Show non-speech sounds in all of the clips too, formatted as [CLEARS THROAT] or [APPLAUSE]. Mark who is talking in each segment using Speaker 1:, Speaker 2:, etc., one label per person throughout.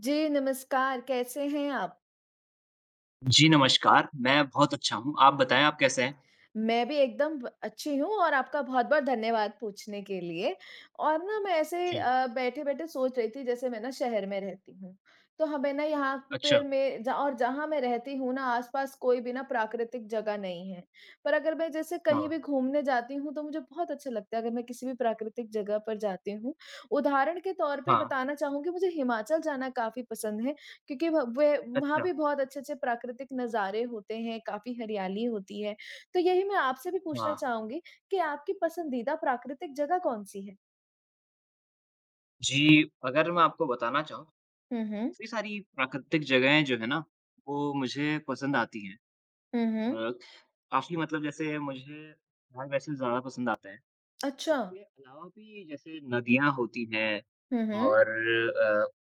Speaker 1: जी, नमस्कार, कैसे हैं आप?
Speaker 2: जी, नमस्कार। मैं बहुत अच्छा हूँ, आप बताएँ आप कैसे हैं?
Speaker 1: मैं भी एकदम ब अच्छी हूँ और आपका बहुत-बहुत धन्यवाद पूछने के लिए। और ना मैं ऐसे
Speaker 2: जी,
Speaker 1: बैठे-बैठे सोच रही थी जैसे मैं ना शहर में रहती हूँ। तो हमें ना यहाँ पे
Speaker 2: अच्छा,
Speaker 1: मैं ज और जहाँ मैं रहती हूँ ना आस-पास कोई भी ना प्राकृतिक जगह नहीं है। पर अगर मैं जैसे कहीं भी
Speaker 2: हाँ,
Speaker 1: घूमने जाती हूँ तो मुझे बहुत अच्छा लगता है अगर मैं किसी भी प्राकृतिक जगह पर जाती हूँ। उदाहरण के तौर पे
Speaker 2: हाँ,
Speaker 1: बताना चाहूँगी मुझे हिमाचल जाना काफ़ी पसंद है क्योंकि व वे वहाँ
Speaker 2: अच्छा,
Speaker 1: भी बहुत अच्छे-अच्छे प्राकृतिक नज़ारे होते हैं, काफ़ी हरियाली होती है। तो यही मैं आपसे भी पूछना
Speaker 2: हाँ।
Speaker 1: चाहूँगी कि आपकी पसंदीदा प्राकृतिक जगह कौन-सी है?
Speaker 2: जी, अगर मैं आपको बताना चाहूँ,
Speaker 1: हुँ, हुँ।
Speaker 2: काफ़ी सारी प्राकृतिक जगहें जो है ना, वो मुझे पसंद आती हैं।
Speaker 1: हुँ, हुँ।
Speaker 2: अ, काफ़ी मतलब जैसे मुझे पहाड़ वैसे ज़्यादा पसंद आता है।
Speaker 1: अच्छा।
Speaker 2: उसके अलावा भी जैसे नदियाँ होती हैं
Speaker 1: हुँ, हुँ।
Speaker 2: और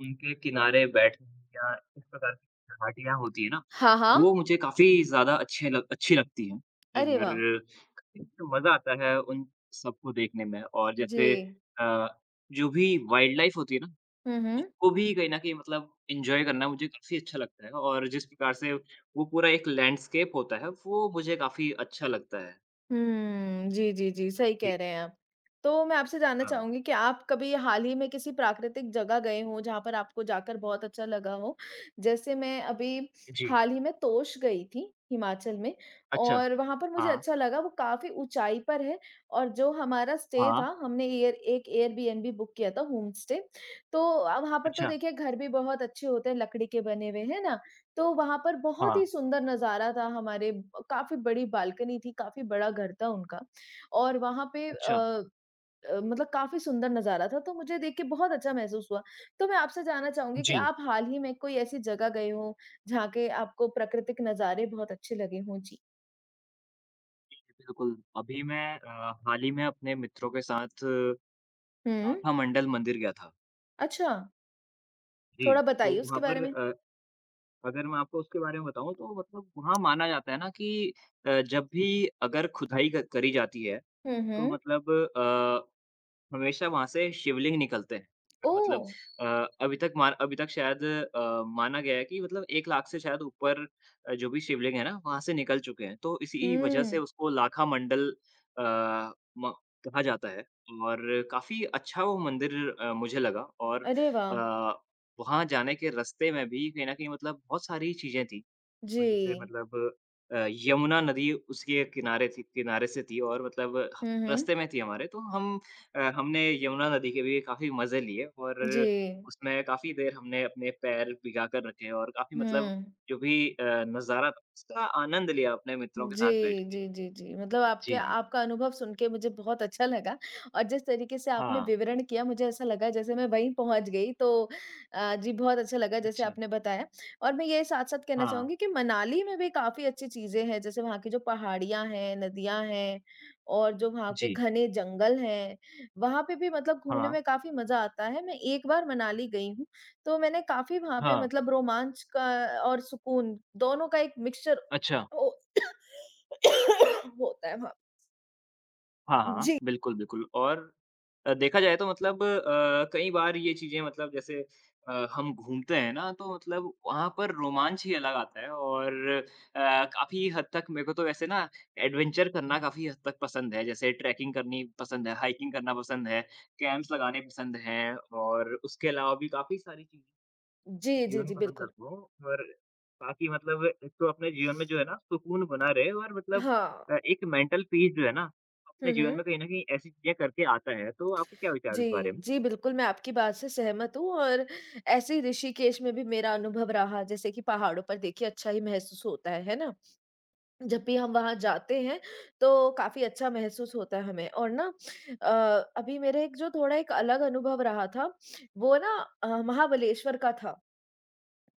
Speaker 2: उनके किनारे बैठना या इस प्रकार की घाटियाँ होती हैं ना,
Speaker 1: हाँ, हाँ।
Speaker 2: वो मुझे काफ़ी ज़्यादा अच्छे लग अच्छी लगती हैं
Speaker 1: अरे वाह!
Speaker 2: और काफ़ी मज़ा आता है उन सबको देखने में और
Speaker 1: जी।
Speaker 2: जैसे अ, जो भी वाइल्ड लाइफ होती है ना,
Speaker 1: हुँ, हुँ।
Speaker 2: उसको भी कहीं न कहीं मतलब एन्जॉय करना मुझे काफ़ी अच्छा लगता है और जिस प्रकार से वो पूरा एक लैंडस्केप होता है, वो मुझे काफ़ी अच्छा लगता है।
Speaker 1: हुँ। जी, जी, जी, सही
Speaker 2: जी,
Speaker 1: कह रहे हैं आप। तो मैं आपसे जानना
Speaker 2: हाँ।
Speaker 1: चाहूँगी कि आप कभी हाल ही में किसी प्राकृतिक जगह गए हों, जहाँ पर आपको जाकर बहुत अच्छा लगा हो? जैसे मैं अभी
Speaker 2: जी,
Speaker 1: हाल ही में तोश गई थी, हिमाचल में
Speaker 2: अच्छा,
Speaker 1: और वहाँ पर मुझे
Speaker 2: हाँ।
Speaker 1: अच्छा लगा, वो काफ़ी ऊँचाई पर है और जो हमारा स्टे
Speaker 2: हाँ,
Speaker 1: था, हमने एयरबीएनबी बुक किया था, होम स्टे। तो वहाँ पर तो
Speaker 2: अच्छा,
Speaker 1: देखिए घर भी बहुत अच्छे होते हैं, लकड़ी के बने हुए, है ना? तो वहाँ पर बहुत
Speaker 2: हाँ,
Speaker 1: ही सुंदर नज़ारा था हमारे। काफ़ी बड़ी बालकनी थी, काफ़ी बड़ा घर था उनका और वहाँ पे
Speaker 2: अच्छा,
Speaker 1: मतलब काफ़ी सुंदर नज़ारा था, तो मुझे देख के बहुत अच्छा महसूस हुआ। तो मैं आपसे जानना चाहूँगी कि
Speaker 2: जी,
Speaker 1: आप हाल ही में कोई ऐसी जगह गए हों, जहाँ के आपको प्राकृतिक नज़ारे बहुत अच्छे लगे हों? जी।
Speaker 2: बिल्कुल। अभी मैं हाल ही में अपने मित्रों के साथ
Speaker 1: हुँ,
Speaker 2: नाथामंडल मंदिर गया था।
Speaker 1: अच्छा।
Speaker 2: जी,
Speaker 1: थोड़ा
Speaker 2: तो
Speaker 1: बताइए
Speaker 2: वहाँ
Speaker 1: उसके बारे
Speaker 2: पर
Speaker 1: में।
Speaker 2: अगर मैं आपको उसके बारे में बताऊँ तो मतलब वहाँ माना जाता है ना कि जब भी अगर खुदाई क करी जाती है,
Speaker 1: हुँ,
Speaker 2: तो
Speaker 1: हुँ।
Speaker 2: मतलब अ हमेशा वहाँ से शिवलिंग निकलते हैं और
Speaker 1: ओह!
Speaker 2: मतलब अ, अभी तक शायद माना गया है कि मतलब 1 लाख से शायद ऊपर जो भी शिवलिंग है ना, वहाँ से निकल चुके हैं। तो इसी वजह से
Speaker 1: हुँ,
Speaker 2: उसको लाखा मंडल अ, म कहा जाता है और काफ़ी अच्छा वो मंदिर मुझे लगा और
Speaker 1: अरे वाह!
Speaker 2: अ, वहाँ जाने के रास्ते में भी कहीं न कहीं मतलब बहुत सारी चीज़ें थी और
Speaker 1: जी।
Speaker 2: जैसे मतलब यमुना नदी उसके किनारे से थी और मतलब
Speaker 1: हुँ, हुँ।
Speaker 2: रास्ते में थी हमारे तो हमने यमुना नदी के भी काफ़ी मज़े लिए और
Speaker 1: जी।
Speaker 2: उसमें काफ़ी देर हमने अपने पैर भिगा कर रखे और काफ़ी मतलब
Speaker 1: हुँ।
Speaker 2: जो भी नज़ारा था उसका आनंद लिया अपने मित्रों के
Speaker 1: जी,
Speaker 2: साथ बैठ के।
Speaker 1: जी, जी, जी। मतलब आपके
Speaker 2: जी, जी।
Speaker 1: आपका अनुभव सुन के मुझे बहुत अच्छा लगा और जिस तरीके से आपने
Speaker 2: हाँ,
Speaker 1: विवरण किया मुझे ऐसा लगा जैसे मैं वहीं पहुँच गई तो जी बहुत अच्छा लगा जैसे
Speaker 2: अच्छा।
Speaker 1: आपने बताया। और मैं ये साथ-साथ कहना
Speaker 2: हाँ,
Speaker 1: चाहूँगी कि मनाली में भी काफ़ी अच्छी चीज़ें हैं जैसे वहाँ की जो पहाड़ियाँ हैं, नदियाँ हैं और जो वहाँ के
Speaker 2: जी।
Speaker 1: घने जंगल हैं, वहाँ पे भी मतलब घूमने
Speaker 2: हाँ,
Speaker 1: में काफ़ी मज़ा आता है। मैं एक बार मनाली गई हूँ, तो मैंने काफ़ी वहाँ पे
Speaker 2: हाँ।
Speaker 1: मतलब रोमांच का और सुकून दोनों का एक मिक्सचर
Speaker 2: अच्छा।
Speaker 1: ओ [COUGHS] होता है हाँ।
Speaker 2: हाँ, हाँ।
Speaker 1: जी,
Speaker 2: बिल्कुल, बिल्कुल और देखा जाए तो मतलब कई बार ये चीज़ें मतलब जैसे हम घूमते हैं ना तो मतलब वहाँ पर रोमांच ही अलग आता है और काफ़ी हद तक मेरे को तो वैसे ना एडवेंचर करना काफ़ी हद तक पसंद है। जैसे ट्रैकिंग करनी पसंद है, हाइकिंग करना पसंद है, कैंप्स लगाने पसंद हैं और उसके अलावा भी काफ़ी सारी चीज़ें
Speaker 1: जी, जी,
Speaker 2: जीवन
Speaker 1: जी,
Speaker 2: पसंद
Speaker 1: बिल्कुल।
Speaker 2: करता हूँ और ताकि मतलब एक तो अपने जीवन में जो है ना सुकून बना रहे और मतलब
Speaker 1: हाँ।
Speaker 2: एक मेंटल पीस जो है ना अपने
Speaker 1: हुँ,
Speaker 2: जीवन में
Speaker 1: हुँ।
Speaker 2: कहीं न कहीं ऐसी चीज़ें करके आता है। तो आपके क्या विचार हैं
Speaker 1: जी,
Speaker 2: इस बारे में?
Speaker 1: जी, बिल्कुल मैं आपकी बात से सहमत हूँ और ऐसे ही ऋषिकेश में भी मेरा अनुभव रहा जैसे कि पहाड़ों पर देखिए अच्छा ही महसूस होता है ना? जब भी हम वहाँ जाते हैं तो काफ़ी अच्छा महसूस होता है हमें और ना अभी मेरा एक जो थोड़ा एक अलग अनुभव रहा था, वो ना महाबलेश्वर का था।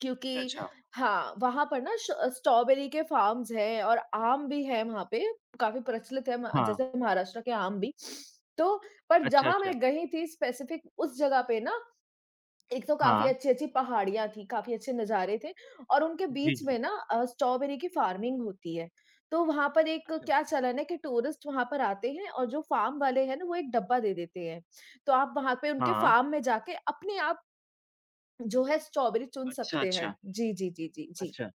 Speaker 1: क्योंकि
Speaker 2: अच्छा।
Speaker 1: हाँ, वहाँ पर ना श स्ट्रॉबेरी के फार्म्स हैं और आम भी है वहाँ पे, काफ़ी प्रचलित है म
Speaker 2: हाँ।
Speaker 1: जैसे महाराष्ट्र के आम भी। तो पर
Speaker 2: अच्छा,
Speaker 1: जहाँ
Speaker 2: अच्छा।
Speaker 1: मैं गई थी स्पेसिफिक उस जगह पे ना, एक तो काफ़ी
Speaker 2: हाँ।
Speaker 1: अच्छी-अच्छी पहाड़ियाँ थी, काफ़ी अच्छे नज़ारे थे और उनके
Speaker 2: जी,
Speaker 1: बीच
Speaker 2: जी।
Speaker 1: में ना स्ट्रॉबेरी की फार्मिंग होती है। तो वहाँ पर एक
Speaker 2: अच्छा।
Speaker 1: क्या चलन है कि टूरिस्ट वहाँ पर आते हैं और जो फार्म वाले हैं ना, वो एक डब्बा दे देते हैं। तो आप वहाँ पे उनके
Speaker 2: हाँ।
Speaker 1: फार्म में जाके अपने आप जो है स्ट्रॉबेरी चुन
Speaker 2: अच्छा,
Speaker 1: सकते हैं।
Speaker 2: अच्छा।
Speaker 1: जी, जी, जी, जी, जी,
Speaker 2: अच्छा।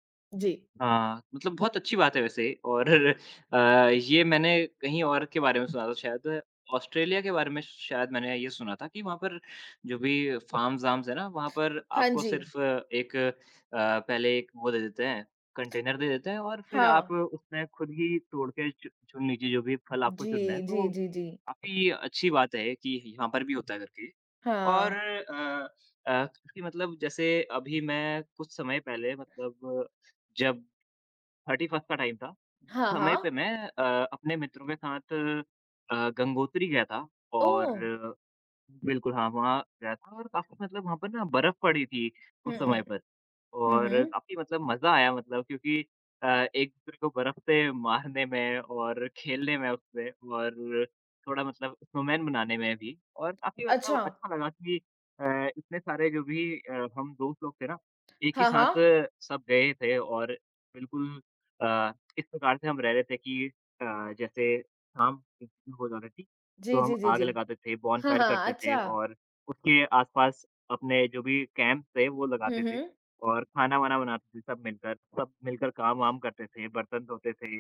Speaker 1: जी।
Speaker 2: हाँ, मतलब बहुत अच्छी बात है वैसे और [LAUGHS] ये मैंने कहीं और के बारे में सुना था शायद ऑस्ट्रेलिया के बारे में शायद मैंने ये सुना था कि वहाँ पर जो भी फार्म्स-वार्म्स है ना, वहाँ पर
Speaker 1: हाँ
Speaker 2: आपको
Speaker 1: जी,
Speaker 2: सिर्फ़ एक पहले एक वो दे देते हैं, कंटेनर दे देते हैं और फिर आप
Speaker 1: हाँ।
Speaker 2: उसमें खुद ही तोड़ के चु चुन लीजिए जो भी फल आपको
Speaker 1: जी,
Speaker 2: चुनना है।
Speaker 1: जी,
Speaker 2: तो
Speaker 1: जी, जी।
Speaker 2: काफ़ी अच्छी बात है कि यहाँ पर भी होता है करके और
Speaker 1: हाँ।
Speaker 2: अ, कि मतलब जैसे अभी मैं कुछ समय पहले मतलब जब 31st का टाइम था,
Speaker 1: हाँ,
Speaker 2: समय पे
Speaker 1: हाँ।
Speaker 2: मैं अपने मित्रों के साथ गंगोत्री गया था और
Speaker 1: ओह!
Speaker 2: बिल्कुल, हाँ, वहाँ गया था और काफ़ी मतलब वहाँ पर ना बर्फ़ पड़ी थी उस
Speaker 1: हुँ, हुँ।
Speaker 2: समय पर
Speaker 1: हुँ,
Speaker 2: और
Speaker 1: हुँ।
Speaker 2: काफ़ी मतलब मज़ा आया मतलब क्योंकि एक-दूसरे को बर्फ़ से मारने में और खेलने में उससे और थोड़ा मतलब स्नोमैन बनाने में भी और काफ़ी मतलब
Speaker 1: अच्छा।
Speaker 2: अच्छा लगा कि अ, इतने सारे जो भी हम दोस्त लोग थे ना, एक ही
Speaker 1: हाँ,
Speaker 2: साथ
Speaker 1: हाँ।
Speaker 2: सब गए थे और बिल्कुल अ, इस प्रकार से हम रह रहे थे कि जैसे शाम हो जाती थी तो
Speaker 1: जी,
Speaker 2: हम
Speaker 1: जी, जी,
Speaker 2: आग
Speaker 1: जी।
Speaker 2: लगाते थे,
Speaker 1: हाँ,
Speaker 2: बॉनफायर
Speaker 1: हाँ।
Speaker 2: करते थे
Speaker 1: अच्छा।
Speaker 2: और उसके आसपास अपने जो भी कैंप थे वो
Speaker 1: हुँ,
Speaker 2: लगाते थे
Speaker 1: हुँ।
Speaker 2: और खाना-वाना बनाते थे सब मिलकर। सब मिलकर काम-वाम करते थे, बर्तन धोते थे,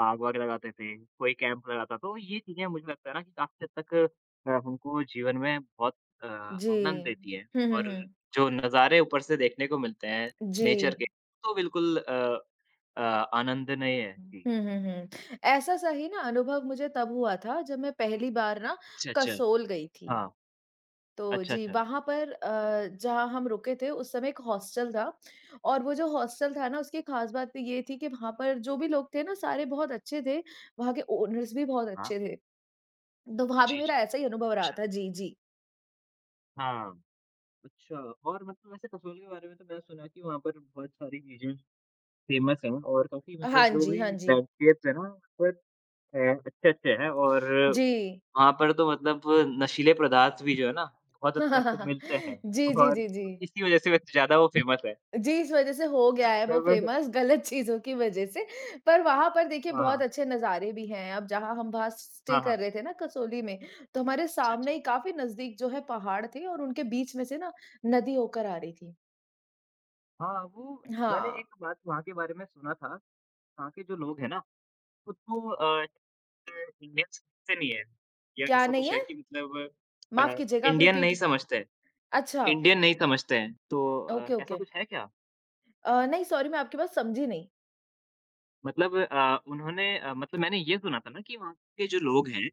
Speaker 2: आग-वाग लगाते थे, कोई कैंप लगाता तो ये चीज़ें मुझे लगता है ना कि काफ़ी हद तक हमको जीवन में बहुत
Speaker 1: जी।
Speaker 2: आनंद देती है
Speaker 1: हुँ, हुँ,
Speaker 2: और
Speaker 1: हुँ।
Speaker 2: जो नज़ारे ऊपर से देखने को मिलते हैं
Speaker 1: जी।
Speaker 2: नेचर के, तो बिल्कुल अ, आनंद नहीं है। जी।
Speaker 1: हुँ, हुँ, हुँ। ऐसा सही ना अनुभव मुझे तब हुआ था जब मैं पहली बार ना
Speaker 2: अच्छा, अच्छा।
Speaker 1: कसोल गई थी।
Speaker 2: हाँ।
Speaker 1: तो
Speaker 2: अच्छा,
Speaker 1: जी,
Speaker 2: अच्छा।
Speaker 1: वहाँ पर जहाँ हम रुके थे उस समय एक हॉस्टल था और वो जो हॉस्टल
Speaker 2: अच्छा।
Speaker 1: था ना उसकी ख़ास बात तो ये थी कि वहाँ पर जो भी लोग थे ना सारे बहुत अच्छे थे, वहाँ के ओनर्स भी बहुत
Speaker 2: हाँ।
Speaker 1: अच्छे थे। तो वहाँ भी
Speaker 2: जी, जी।
Speaker 1: मेरा ऐसा ही अनुभव रहा था। जी, जी।
Speaker 2: हाँ, अच्छा और मतलब वैसे कसौल के बारे में तो मैंने सुना है कि वहाँ पर बहुत सारी चीज़ें फ़ेमस हैं और काफ़ी मतलब
Speaker 1: हाँ
Speaker 2: जो
Speaker 1: जी,
Speaker 2: भी
Speaker 1: हाँ जी।
Speaker 2: लैंडस्केप्स है ना वहाँ पर अ, अच्छे-अच्छे हैं और
Speaker 1: जी।
Speaker 2: वहाँ पर तो मतलब नशीले पदार्थ भी जो है ना बहुत हद तक
Speaker 1: [LAUGHS]
Speaker 2: मिलते हैं
Speaker 1: जी, जी,
Speaker 2: और
Speaker 1: जी, जी।
Speaker 2: इसी वज़ह से वैसे ज़्यादा वो फ़ेमस है।
Speaker 1: जी, इस वज़ह से हो गया है वो
Speaker 2: मतलब
Speaker 1: फ़ेमस गलत चीज़ों की वज़ह से। पर वहाँ पर देखिए
Speaker 2: हाँ,
Speaker 1: बहुत
Speaker 2: हाँ।
Speaker 1: अच्छे नज़ारे भी हैं। अब जहाँ हम वहाँ स्टे
Speaker 2: हाँ,
Speaker 1: कर
Speaker 2: हाँ।
Speaker 1: रहे थे ना कसोली में, तो हमारे
Speaker 2: अच्छा,
Speaker 1: सामने
Speaker 2: अच्छा।
Speaker 1: ही काफ़ी नज़दीक जो है पहाड़ थे और उनके बीच में से ना नदी होकर आ रही थी।
Speaker 2: हाँ, वो मैंने
Speaker 1: हाँ,
Speaker 2: एक बात वहाँ के बारे में सुना था, वहाँ के जो लोग हैं ना, खुद को अ, इंडियंस से नहीं है या
Speaker 1: क्या
Speaker 2: ऐसा
Speaker 1: नहीं
Speaker 2: कुछ है
Speaker 1: है?
Speaker 2: कि मतलब
Speaker 1: माफ़
Speaker 2: अ,
Speaker 1: कीजिएगा आप
Speaker 2: इंडियन नहीं
Speaker 1: रिपीट
Speaker 2: समझते हैं
Speaker 1: अच्छा,
Speaker 2: इंडियन नहीं समझते हैं। तो
Speaker 1: ओके,
Speaker 2: ऐसा
Speaker 1: ओके।
Speaker 2: कुछ है क्या?
Speaker 1: नहीं सॉरी मैं आपकी बात समझी नहीं।
Speaker 2: मतलब उन्होंने मतलब मैंने ये सुना था ना कि वहाँ के जो लोग हैं,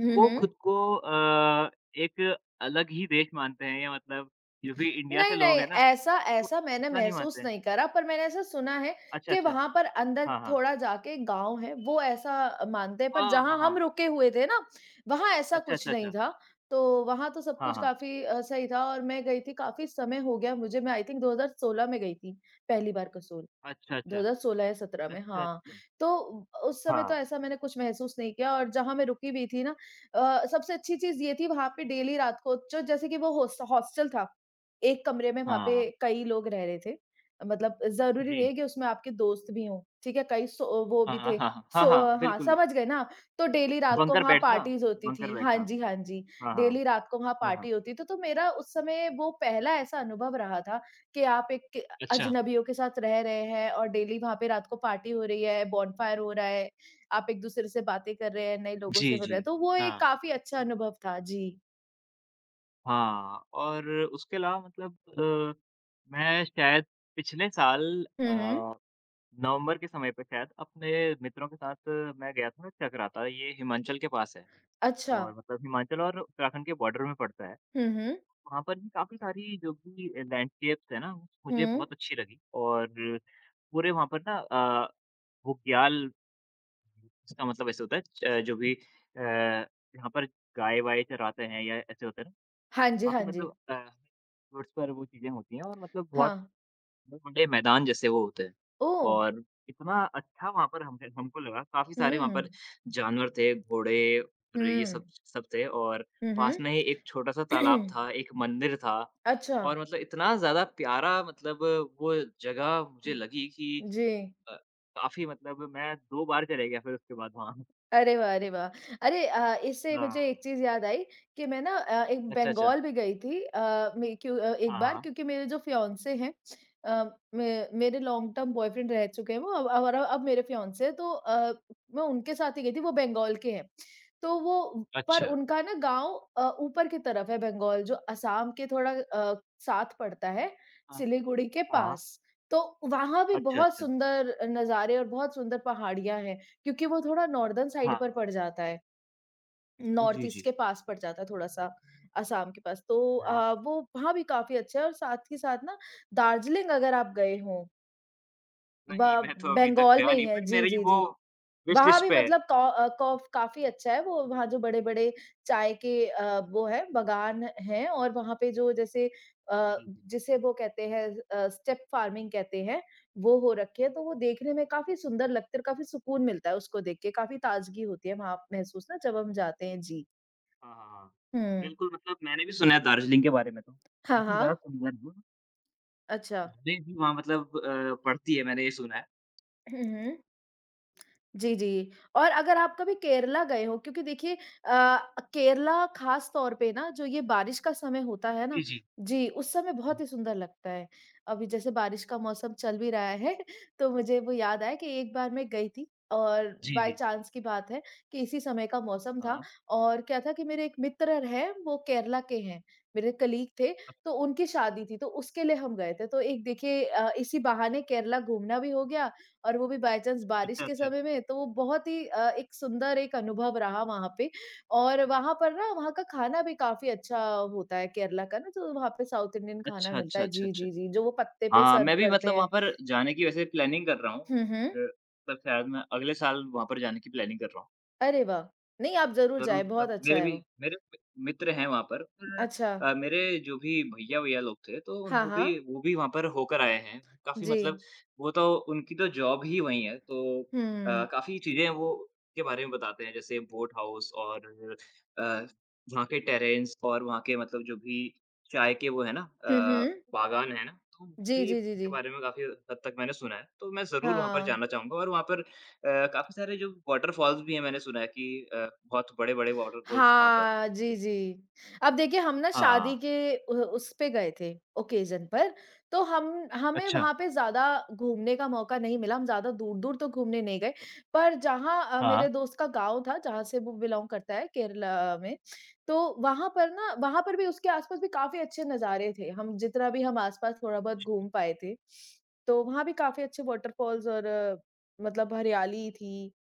Speaker 1: हुँ,
Speaker 2: वो
Speaker 1: हुँ।
Speaker 2: खुद को एक अलग ही देश मानते हैं या मतलब जो भी इंडिया से
Speaker 1: नहीं, नहीं,
Speaker 2: लोग हैं ना,
Speaker 1: ऐसा
Speaker 2: तो
Speaker 1: ऐसा मैंने
Speaker 2: उतना नहीं
Speaker 1: महसूस
Speaker 2: मानते हैं।
Speaker 1: नहीं करा, पर मैंने ऐसा सुना है
Speaker 2: अच्छा,
Speaker 1: कि
Speaker 2: अच्छा।
Speaker 1: वहाँ पर अंदर
Speaker 2: हाँ, हाँ।
Speaker 1: थोड़ा जाके गाँव है, वो ऐसा मानते हैं, पर
Speaker 2: हाँ, हाँ,
Speaker 1: जहाँ हम
Speaker 2: हाँ।
Speaker 1: रुके हुए थे ना, वहाँ ऐसा
Speaker 2: अच्छा,
Speaker 1: कुछ
Speaker 2: अच्छा,
Speaker 1: नहीं
Speaker 2: अच्छा।
Speaker 1: था। तो वहाँ तो सब
Speaker 2: हाँ,
Speaker 1: कुछ
Speaker 2: हाँ।
Speaker 1: काफ़ी सही था और मैं गई थी, काफ़ी समय हो गया मुझे, मैं आई थिंक 2016 में गई थी, पहली बार कसोल।
Speaker 2: अच्छा, अच्छा।
Speaker 1: 2016 या 17 में
Speaker 2: अच्छा,
Speaker 1: हाँ,
Speaker 2: अच्छा।
Speaker 1: तो उस समय तो
Speaker 2: हाँ,
Speaker 1: ऐसा मैंने कुछ महसूस नहीं किया और जहाँ मैं रुकी भी थी ना सबसे अच्छी चीज़ ये थी वहाँ पे डेली रात को जो जैसे कि वो होस्ट हॉस्टल था, एक कमरे में वहाँ
Speaker 2: हाँ।
Speaker 1: पे कई लोग रह रहे थे। मतलब ज़रूरी
Speaker 2: जी।
Speaker 1: नहीं है कि उसमें आपके दोस्त भी हों, ठीक है? कई सो वो
Speaker 2: हाँ,
Speaker 1: भी
Speaker 2: हाँ,
Speaker 1: थे,
Speaker 2: हाँ, हाँ। हाँ,
Speaker 1: सो
Speaker 2: हाँ,
Speaker 1: हाँ,
Speaker 2: बिल्कुल।
Speaker 1: समझ गए ना? तो डेली रात को
Speaker 2: बंकर
Speaker 1: वहाँ
Speaker 2: बैट्स ना?
Speaker 1: पार्टीज़ होती
Speaker 2: बंकर
Speaker 1: थी।
Speaker 2: बैट
Speaker 1: हाँ
Speaker 2: हाँ।
Speaker 1: जी, हाँ जी।
Speaker 2: हाँ, हाँ।
Speaker 1: डेली रात को वहाँ
Speaker 2: हाँ, हाँ।
Speaker 1: पार्टी होती थी, तो मेरा उस समय वो पहला ऐसा अनुभव रहा था कि आप एक
Speaker 2: अच्छा।
Speaker 1: अजनबियों के साथ रह रहे हैं और डेली वहाँ पे रात को पार्टी हो रही है, बॉनफायर हो रहा है, आप एक-दूसरे से बातें कर रहे हैं, नए लोगों से
Speaker 2: जी,
Speaker 1: मिल रहे हैं,
Speaker 2: जी।
Speaker 1: तो वो एक
Speaker 2: हाँ।
Speaker 1: काफ़ी अच्छा अनुभव था। जी।
Speaker 2: हाँ, और उसके अलावा मतलब मैं शायद पिछले साल
Speaker 1: हुँ, हुँ।
Speaker 2: नवंबर के समय पे शायद अपने मित्रों के साथ मैं गया था चकराता ये हिमाचल के पास है
Speaker 1: अच्छा।
Speaker 2: और मतलब हिमाचल और उत्तराखंड के बॉर्डर में पड़ता है।
Speaker 1: हुँ, हुँ।
Speaker 2: वहाँ पर भी काफ़ी सारी जो भी लैंडस्केप्स है ना, मुझे
Speaker 1: हुँ।
Speaker 2: बहुत अच्छी लगी और पूरे वहाँ पर ना अ, बुग्याल इसका मतलब ऐसे होता है जो भी यहाँ पर गाय-वाय चराते हैं या ऐसे होता है ना,
Speaker 1: हाँ जी, हाँ
Speaker 2: काफ़ी
Speaker 1: जी।
Speaker 2: मतलब रोड्स पर वो चीज़ें होती हैं और मतलब बहुत
Speaker 1: हाँ।
Speaker 2: बहुत बड़े मैदान जैसे वो होते हैं।
Speaker 1: ओह!
Speaker 2: और इतना अच्छा वहाँ पर हम हमको लगा, काफ़ी सारे वहाँ
Speaker 1: हुँ।
Speaker 2: पर जानवर थे, घोड़े और ये
Speaker 1: हुँ।
Speaker 2: सब सब थे और
Speaker 1: हुँ, हुँ।
Speaker 2: पास में ही एक छोटा-सा तालाब
Speaker 1: [CLEARS THROAT]
Speaker 2: था, एक मंदिर था
Speaker 1: अच्छा।
Speaker 2: और मतलब इतना ज़्यादा प्यारा मतलब वो जगह मुझे
Speaker 1: हुँ।
Speaker 2: लगी कि
Speaker 1: जी।
Speaker 2: अ, काफ़ी मतलब मैं 2 बार चले गया फिर उसके बाद वहाँ।
Speaker 1: अरे वाह! अरे वाह! अरे इससे मुझे
Speaker 2: हाँ।
Speaker 1: एक चीज़ याद आई कि मैं ना एक
Speaker 2: अच्छा, अच्छा।
Speaker 1: बंगाल भी गई थी मैं क्यों
Speaker 2: हाँ,
Speaker 1: एक बार
Speaker 2: हाँ।
Speaker 1: क्योंकि मेरे जो फियांसे हैं अ, मे मेरे लॉन्ग टर्म बॉयफ्रेंड रह चुके हैं वो अब और अब मेरे फियांसे हैं तो मैं उनके साथ ही गई थी, वो बंगाल के हैं। तो वो पर
Speaker 2: अच्छा।
Speaker 1: उनका ना गाँव ऊपर की तरफ है बंगाल जो असम के थोड़ा साथ पड़ता है,
Speaker 2: हाँ,
Speaker 1: सिलीगुड़ी के
Speaker 2: हाँ।
Speaker 1: पास। तो वहाँ भी
Speaker 2: अच्छा,
Speaker 1: बहुत
Speaker 2: अच्छा।
Speaker 1: सुंदर नज़ारे और बहुत सुंदर पहाड़ियाँ हैं। क्योंकि वो थोड़ा नॉर्दर्न
Speaker 2: हाँ,
Speaker 1: साइड पर
Speaker 2: हाँ।
Speaker 1: पड़ जाता है, नॉर्थ
Speaker 2: जी,
Speaker 1: ईस्ट
Speaker 2: जी।
Speaker 1: के पास पड़ जाता है थोड़ा-सा, असम के पास। तो
Speaker 2: हाँ।
Speaker 1: वो वहाँ भी काफ़ी अच्छा है और साथ ही साथ ना दार्जिलिंग अगर आप
Speaker 2: जी,
Speaker 1: गए
Speaker 2: जी।
Speaker 1: हों, ब
Speaker 2: नहीं, मैं तो अभी तक
Speaker 1: बंगाल
Speaker 2: गया
Speaker 1: में ही
Speaker 2: नहीं
Speaker 1: है।
Speaker 2: पर
Speaker 1: जी,
Speaker 2: मेरी
Speaker 1: जी,
Speaker 2: वो
Speaker 1: जी।
Speaker 2: विश
Speaker 1: वहाँ
Speaker 2: लिस्ट
Speaker 1: भी
Speaker 2: पे है।
Speaker 1: मतलब कॉ अ, कॉफ काफ़ी अच्छा है वो वहाँ जो बड़े-बड़े चाय के वो है बगान हैं और वहाँ पे जो जैसे
Speaker 2: जी, जी।
Speaker 1: जिसे वो कहते हैं स्टेप फार्मिंग कहते हैं, वो हो रखी है, तो वो देखने में काफ़ी सुंदर लगता है और काफ़ी सुकून मिलता है उसको देख के, काफ़ी ताज़गी होती है वहाँ महसूस ना जब हम जाते हैं। जी।
Speaker 2: हाँ, हाँ, हाँ।
Speaker 1: हुँ।
Speaker 2: बिल्कुल मतलब मैंने भी सुना है दार्जिलिंग के बारे में तो।
Speaker 1: हाँ,
Speaker 2: काफ़ी ज़्यादा
Speaker 1: हाँ।
Speaker 2: सुंदर है।
Speaker 1: अच्छा।
Speaker 2: भले भी वहाँ मतलब पड़ती है मैंने ये सुना है।
Speaker 1: हम्म जी, जी। और अगर आप कभी केरला गए हो क्योंकि देखिए अ, केरला ख़ास तौर पे ना जो ये बारिश का समय होता है
Speaker 2: जी,
Speaker 1: ना,
Speaker 2: जी।
Speaker 1: जी, उस समय
Speaker 2: हुँ।
Speaker 1: बहुत ही सुंदर लगता है। अभी जैसे बारिश का मौसम चल भी रहा है [LAUGHS] तो मुझे वो याद आया कि एक बार मैं गई थी और
Speaker 2: जी,
Speaker 1: बाय
Speaker 2: जी।
Speaker 1: चांस की बात है कि इसी समय का मौसम था
Speaker 2: हाँ।
Speaker 1: और क्या था कि मेरे एक मित्र हैं, वो केरला के हैं, मेरे कलीग थे
Speaker 2: अ,
Speaker 1: तो उनकी शादी थी तो उसके लिए हम गए थे। तो एक देखिए इसी बहाने केरला घूमना भी हो गया और वो भी बाय चांस बारिश
Speaker 2: अच्छा,
Speaker 1: के
Speaker 2: अच्छा।
Speaker 1: समय में, तो वो बहुत ही एक सुंदर एक अनुभव रहा वहाँ पे और वहाँ पर ना वहाँ का खाना भी काफ़ी अच्छा होता है केरला का ना, तो वहाँ पे साउथ इंडियन खाना
Speaker 2: अच्छा,
Speaker 1: मिलता
Speaker 2: अच्छा,
Speaker 1: है।
Speaker 2: अच्छा,
Speaker 1: जी,
Speaker 2: अच्छा।
Speaker 1: जी, जी, जो वो पत्ते पे
Speaker 2: हाँ,
Speaker 1: सर्व
Speaker 2: मैं भी
Speaker 1: करते
Speaker 2: मतलब वहाँ
Speaker 1: हैं।
Speaker 2: पर जाने की वैसे प्लानिंग कर रहा हूँ।
Speaker 1: हुँ, हुँ।
Speaker 2: मतलब शायद मैं अगले साल वहाँ पर जाने की प्लानिंग कर रहा हूँ।
Speaker 1: अरे वाह! नहीं, आप ज़रूर
Speaker 2: ज़रूर
Speaker 1: जाएँ, बहुत
Speaker 2: मतलब
Speaker 1: अच्छा है वो।
Speaker 2: मेरे मि मित्र हैं वहाँ पर
Speaker 1: अच्छा।
Speaker 2: मेरे जो भी भैया-वैया लोग थे तो
Speaker 1: हाँ,
Speaker 2: उन्हों भी
Speaker 1: हाँ।
Speaker 2: वो भी वहाँ पर होकर आए हैं। काफ़ी
Speaker 1: जी।
Speaker 2: मतलब वो तो उनकी तो जॉब ही वही है तो
Speaker 1: हुँ।
Speaker 2: काफ़ी चीज़ें वो के बारे में बताते हैं जैसे बोट हाउस और अ, वहाँ के टेरेस और वहाँ के मतलब जो भी चाय के वो है ना
Speaker 1: हुँ, हुँ।
Speaker 2: बागान है ना, तो
Speaker 1: जी,
Speaker 2: भी
Speaker 1: जी, जी,
Speaker 2: के
Speaker 1: जी।
Speaker 2: बारे में काफ़ी हद तक मैंने सुना है। तो मैं ज़रूर वहाँ पर
Speaker 1: हाँ।
Speaker 2: जाना चाहूँगा और वहाँ पर काफ़ी सारे जो वाटरफॉल्स भी हैं मैंने सुना है कि बहुत बड़े-बड़े वाटरफॉल्स हैं वहाँ पर।
Speaker 1: हाँ, जी, जी। अब देखिए हम ना
Speaker 2: हाँ,
Speaker 1: शादी के उ उस पे गए थे ओकेज़न पर, तो हम हमें
Speaker 2: अच्छा,
Speaker 1: वहाँ पे ज़्यादा घूमने का मौका नहीं मिला, हम ज़्यादा दूर-दूर तो घूमने नहीं गए। पर जहाँ
Speaker 2: हाँ।
Speaker 1: मेरे दोस्त का गाँव था, जहाँ से वो बिलॉन्ग करता है केरला में, तो वहाँ पर ना वहाँ पर भी उसके आस-पास भी काफ़ी अच्छे नज़ारे थे। हम जितना भी हम आस-पास थोड़ा बहुत घूम पाए थे, तो वहाँ भी काफ़ी अच्छे वाटरफॉल्स और मतलब हरियाली थी।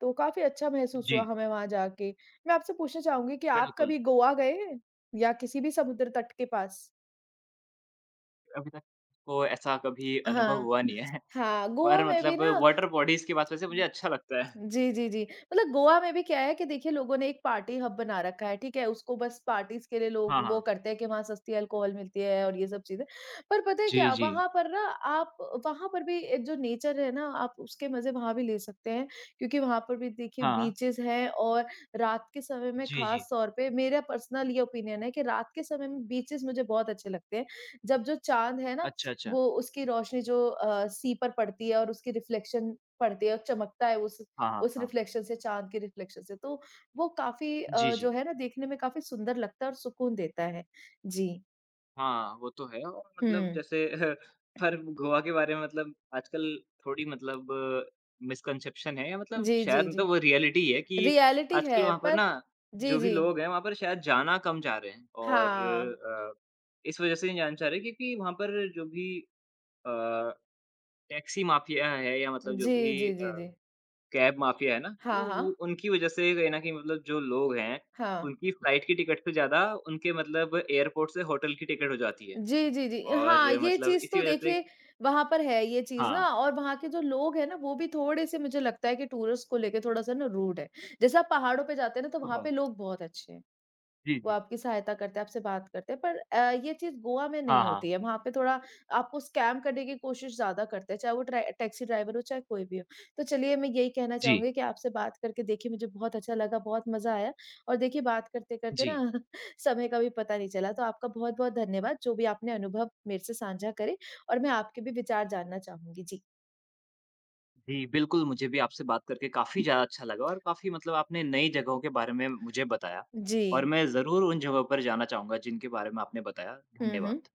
Speaker 1: तो काफ़ी अच्छा महसूस हुआ
Speaker 2: जी,
Speaker 1: हमें वहाँ जाके। मैं आपसे पूछना चाहूँगी कि आप
Speaker 2: बिल्कुल।
Speaker 1: कभी गोवा गए हैं? या किसी भी समुद्र तट के पास?
Speaker 2: अभी तक को ऐसा कभी अनुभव
Speaker 1: हाँ।
Speaker 2: हुआ नहीं है।
Speaker 1: हाँ,
Speaker 2: [LAUGHS]
Speaker 1: गोवा
Speaker 2: पर
Speaker 1: में भी
Speaker 2: मतलब
Speaker 1: ना
Speaker 2: वाटर बॉडीज़ की बात वैसे मुझे अच्छा लगता है।
Speaker 1: जी, जी, जी। मतलब गोवा में भी क्या है कि देखिए लोगों ने एक पार्टी हब बना रखा है, ठीक है? उसको बस पार्टीज़ के लिए लोग
Speaker 2: हाँ,
Speaker 1: वो
Speaker 2: हाँ।
Speaker 1: करते हैं कि वहाँ सस्ती अल्कोहल मिलती है और ये सब चीज़ें। पर पता है
Speaker 2: जी,
Speaker 1: क्या
Speaker 2: जी।
Speaker 1: वहाँ पर ना आप वहाँ पर भी एक जो नेचर है ना आप उसके मज़े वहाँ भी ले सकते हैं, क्योंकि वहाँ पर भी देखिए
Speaker 2: हाँ।
Speaker 1: बीचेज़ हैं और रात के समय में
Speaker 2: जी, जी।
Speaker 1: ख़ास तौर पे मेरा पर्सनल ये ओपिनियन है कि रात के समय में बीचेज़ मुझे बहुत अच्छे लगते हैं। जब जो चाँद है ना,
Speaker 2: अच्छा, अच्छा।
Speaker 1: वो उसकी रोशनी जो सी पर पड़ती है और उसकी रिफ्लेक्शन पड़ती है और चमकता है
Speaker 2: हाँ, हाँ,
Speaker 1: उस
Speaker 2: हाँ।
Speaker 1: रिफ्लेक्शन से, चाँद के रिफ्लेक्शन से। तो वो काफ़ी
Speaker 2: जी, जी।
Speaker 1: जो है ना देखने में काफ़ी सुंदर लगता है और सुकून देता है। जी।
Speaker 2: हाँ, वो तो है और मतलब
Speaker 1: हुँ।
Speaker 2: जैसे [LAUGHS] पर गोवा के बारे में मतलब आजकल थोड़ी मतलब मिसकंसेप्शन है या मतलब
Speaker 1: जी,
Speaker 2: शायद
Speaker 1: जी, जी।
Speaker 2: मतलब वो रियलिटी है कि
Speaker 1: रियलिटी
Speaker 2: आजकल
Speaker 1: है
Speaker 2: वहाँ पर
Speaker 1: पर
Speaker 2: ना
Speaker 1: जी,
Speaker 2: जो भी
Speaker 1: जी।
Speaker 2: लोग हैं, वहाँ पर शायद जाना कम चाह रहे हैं और
Speaker 1: हाँ।
Speaker 2: अ, इस वज़ह से नहीं जाना चाह रहे क्योंकि वहाँ पर जो भी अ, टैक्सी माफ़िया है या मतलब जो
Speaker 1: जी,
Speaker 2: भी
Speaker 1: जी, जी, जी।
Speaker 2: कैब माफ़िया है ना, तो
Speaker 1: हाँ,
Speaker 2: वो
Speaker 1: हाँ।
Speaker 2: उनकी वज़ह से कहीं न कहीं मतलब जो लोग हैं,
Speaker 1: हाँ।
Speaker 2: उनकी फ्लाइट की टिकट से ज़्यादा उनके मतलब एयरपोर्ट से होटल की टिकट हो जाती है।
Speaker 1: जी, जी, जी। हाँ,
Speaker 2: और
Speaker 1: ये
Speaker 2: मतलब
Speaker 1: चीज़
Speaker 2: इसी
Speaker 1: तो
Speaker 2: वज़ह से
Speaker 1: देखिए वहाँ पर है ये चीज़
Speaker 2: हाँ।
Speaker 1: ना और वहाँ के जो लोग हैं ना वो भी थोड़े-से मुझे लगता है कि टूरिस्ट को लेके थोड़ा-सा ना रूड है। जैसे आप पहाड़ों पे जाते हैं ना तो वहाँ
Speaker 2: हाँ।
Speaker 1: पे लोग बहुत अच्छे हैं।
Speaker 2: जी,
Speaker 1: वो
Speaker 2: जी।
Speaker 1: आपकी सहायता करते हैं, आपसे बात करते हैं। पर ये चीज़ गोवा में
Speaker 2: हाँ,
Speaker 1: नहीं
Speaker 2: हाँ।
Speaker 1: होती है, वहाँ पे थोड़ा आपको स्कैम करने की कोशिश ज़्यादा करते हैं, चाहे वो ट्रै टैक्सी ड्राइवर हो, चाहे कोई भी हो। तो चलिए, मैं यही कहना
Speaker 2: जी,
Speaker 1: चाहूँगी कि आपसे बात करके देखिए मुझे बहुत अच्छा लगा, बहुत मज़ा आया और देखिए बात करते-करते ना
Speaker 2: जी।
Speaker 1: [LAUGHS] समय का भी पता नहीं चला। तो आपका बहुत-बहुत धन्यवाद, जो भी आपने अनुभव मेरे से साझा करे और मैं आपके भी विचार जानना चाहूँगी। जी।
Speaker 2: जी, बिल्कुल मुझे भी आपसे बात करके काफ़ी ज़्यादा अच्छा लगा और काफ़ी मतलब आपने नई जगहों के बारे में मुझे बताया
Speaker 1: जी।
Speaker 2: और मैं ज़रूर उन जगहों पर जाना चाहूँगा जिनके बारे में आपने बताया।
Speaker 1: हुँ, हुँ।
Speaker 2: धन्यवाद।